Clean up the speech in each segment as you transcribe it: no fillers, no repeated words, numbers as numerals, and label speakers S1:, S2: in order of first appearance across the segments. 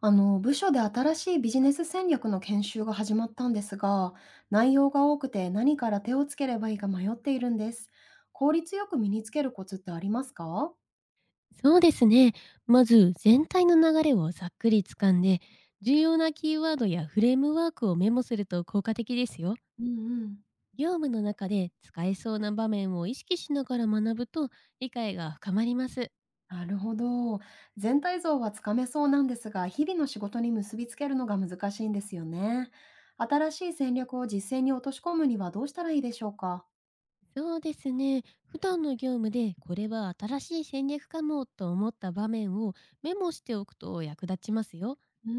S1: 部署で新しいビジネス戦略の研修が始まったんですが、内容が多くて何から手をつければいいか迷っているんです。効率よく身につけるコツってありますか？
S2: そうですね。まず全体の流れをざっくりつかんで、重要なキーワードやフレームワークをメモすると効果的ですよ。
S1: うんうん。
S2: 業務の中で使えそうな場面を意識しながら学ぶと理解が深まります。
S1: なるほど。全体像はつかめそうなんですが、日々の仕事に結びつけるのが難しいんですよね。新しい戦略を実践に落とし込むにはどうしたらいいでしょうか？
S2: そうですね。普段の業務でこれは新しい戦略かもと思った場面をメモしておくと役立ちますよ。
S1: うー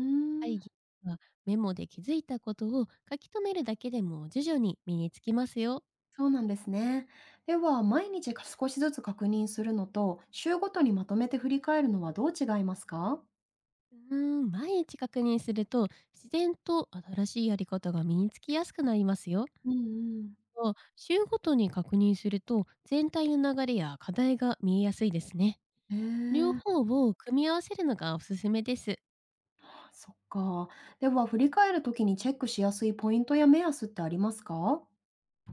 S1: ん。
S2: 会議はメモで気づいたことを書き留めるだけでも徐々に身につきますよ。
S1: そうなんですね。では、毎日か少しずつ確認するのと、週ごとにまとめて振り返るのはどう違いますか？
S2: うーん、毎日確認すると自然と新しいやり方が身につきやすくなりますよ。
S1: うんうん。
S2: と週ごとに確認すると全体の流れや課題が見えやすいですね。
S1: え
S2: 両
S1: え、
S2: 方を組み合わせるのがおすすめです。
S1: そっか。では、振り返るときにチェックしやすいポイントや目安ってありますか？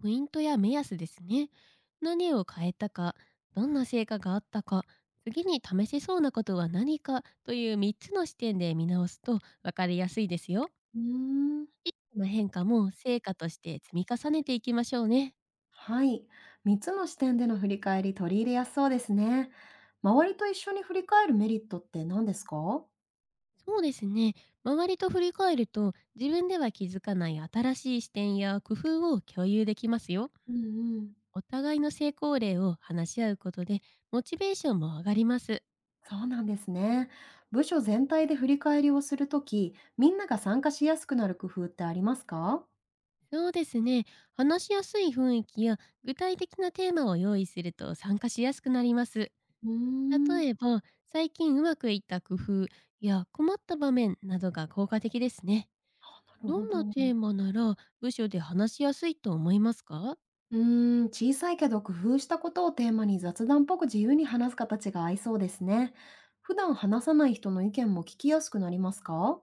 S2: ポイントや目安ですね。何を変えたか、どんな成果があったか、次に試せそうなことは何かという3つの視点で見直すと分かりやすいですよ。
S1: うーん。
S2: 一個の変化も成果として積み重ねていきましょうね。
S1: はい。3つの視点での振り返り取り入れやすそうですね。周りと一緒に振り返るメリットって何ですか？
S2: そうですね。周りと振り返ると、自分では気づかない新しい視点や工夫を共有できますよ。
S1: うんうん。
S2: お互いの成功例を話し合うことで、モチベーションも上がります。
S1: そうなんですね。部署全体で振り返りをするとき、みんなが参加しやすくなる工夫ってありますか？
S2: そうですね。話しやすい雰囲気や具体的なテーマを用意すると参加しやすくなります。
S1: うーん、な
S2: 例えば、最近うまくいった工夫や困った場面などが効果的ですね。
S1: るほ
S2: どんな
S1: ど。
S2: テーマなら部署で話しやすいと思いますか？
S1: うーん、小さいけど工夫したことをテーマに雑談っぽく自由に話す形が合いそうですね。普段話さない人の意見も聞きやすくなりますか？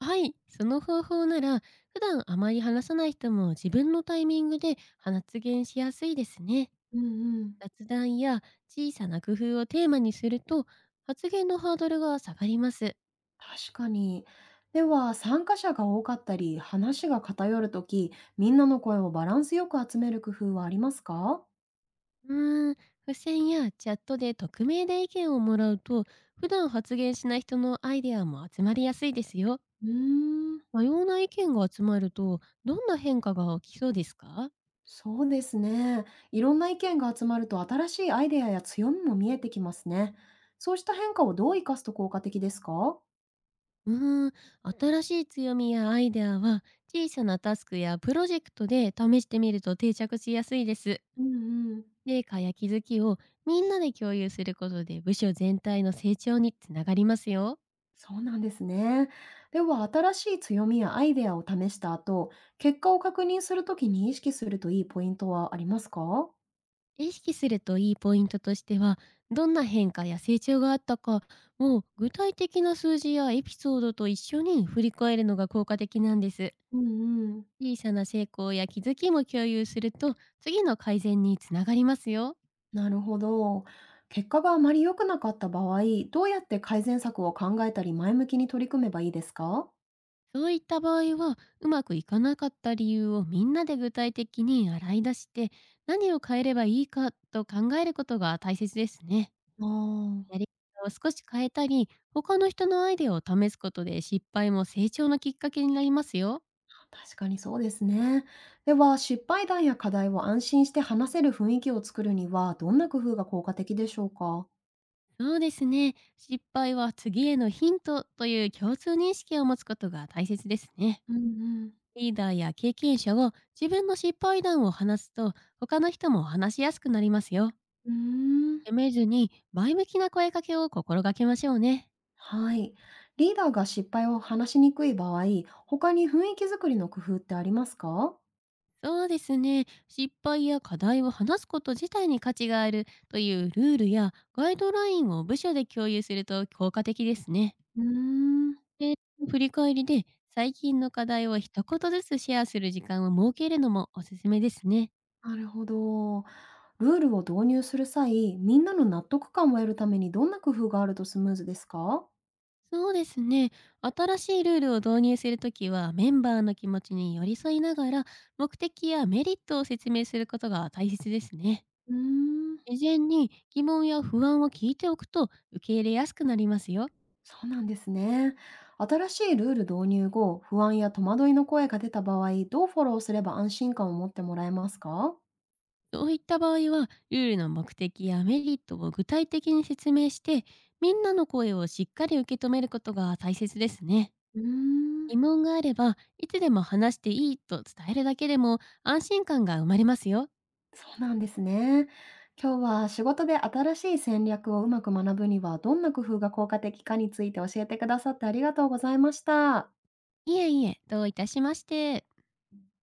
S2: はい、その方法なら普段あまり話さない人も自分のタイミングで発言しやすいですね。
S1: うんうん。
S2: 雑談や小さな工夫をテーマにすると発言のハードルが下がります。
S1: 確かに。では、参加者が多かったり、話が偏るとき、みんなの声をバランスよく集める工夫はありますか？
S2: うーん、付箋やチャットで匿名で意見をもらうと普段発言しない人のアイデアも集まりやすいですよ。
S1: うーん。
S2: 多様な意見が集まるとどんな変化が起きそうですか？
S1: そうですね。いろんな意見が集まると新しいアイデアや強みも見えてきますね。そうした変化をどう生かすと効果的ですか？
S2: うーん、新しい強みやアイデアは小さなタスクやプロジェクトで試してみると定着しやすいです。
S1: うんうん。
S2: 成果や気づきをみんなで共有することで部署全体の成長につながりますよ。
S1: そうなんですね。では、新しい強みやアイデアを試した後、結果を確認するときに意識するといいポイントはありますか？
S2: 意識するといいポイントとしては、どんな変化や成長があったか、もう具体的な数字やエピソードと一緒に振り返るのが効果的なんです。
S1: うんうん。
S2: 小さな成功や気づきも共有すると、次の改善につながりますよ。
S1: なるほど。結果があまり良くなかった場合、どうやって改善策を考えたり前向きに取り組めばいいですか？
S2: そういった場合は、うまくいかなかった理由をみんなで具体的に洗い出して、何を変えればいいかと考えることが大切ですね。
S1: ああ
S2: や
S1: ー。
S2: り方を少し変えたり、他の人のアイデアを試すことで失敗も成長のきっかけになりますよ。
S1: 確かにそうですね。では、失敗談や課題を安心して話せる雰囲気を作るには、どんな工夫が効果的でしょうか？
S2: そうですね。失敗は次へのヒントという共通認識を持つことが大切ですね。
S1: うんうん。
S2: リーダーや経験者が自分の失敗談を話すと、他の人も話しやすくなりますよ。
S1: うーん。
S2: 責めずに、前向きな声かけを心がけましょうね。
S1: はい。リーダーが失敗を話しにくい場合、他に雰囲気作りの工夫ってありますか？
S2: そうですね。失敗や課題を話すこと自体に価値があるというルールやガイドラインを部署で共有すると効果的ですね。
S1: うーん。
S2: で、振り返りで最近の課題を一言ずつシェアする時間を設けるのもおすすめですね。
S1: なるほど。ルールを導入する際、みんなの納得感を得るためにどんな工夫があるとスムーズですか？
S2: そうですね。新しいルールを導入するときはメンバーの気持ちに寄り添いながら目的やメリットを説明することが大切ですね。
S1: うーん。
S2: 事前に疑問や不安を聞いておくと受け入れやすくなりますよ。
S1: そうなんですね。新しいルール導入後、不安や戸惑いの声が出た場合、どうフォローすれば安心感を持ってもらえますか？
S2: そういった場合は、ルールの目的やメリットを具体的に説明して、みんなの声をしっかり受け止めることが大切ですね。
S1: うーん、
S2: 疑問があれば、いつでも話していいと伝えるだけでも安心感が生まれますよ。
S1: そうなんですね。今日は仕事で新しい戦略をうまく学ぶにはどんな工夫が効果的かについて教えてくださってありがとうございました。
S2: いえいえ、どういたしまして。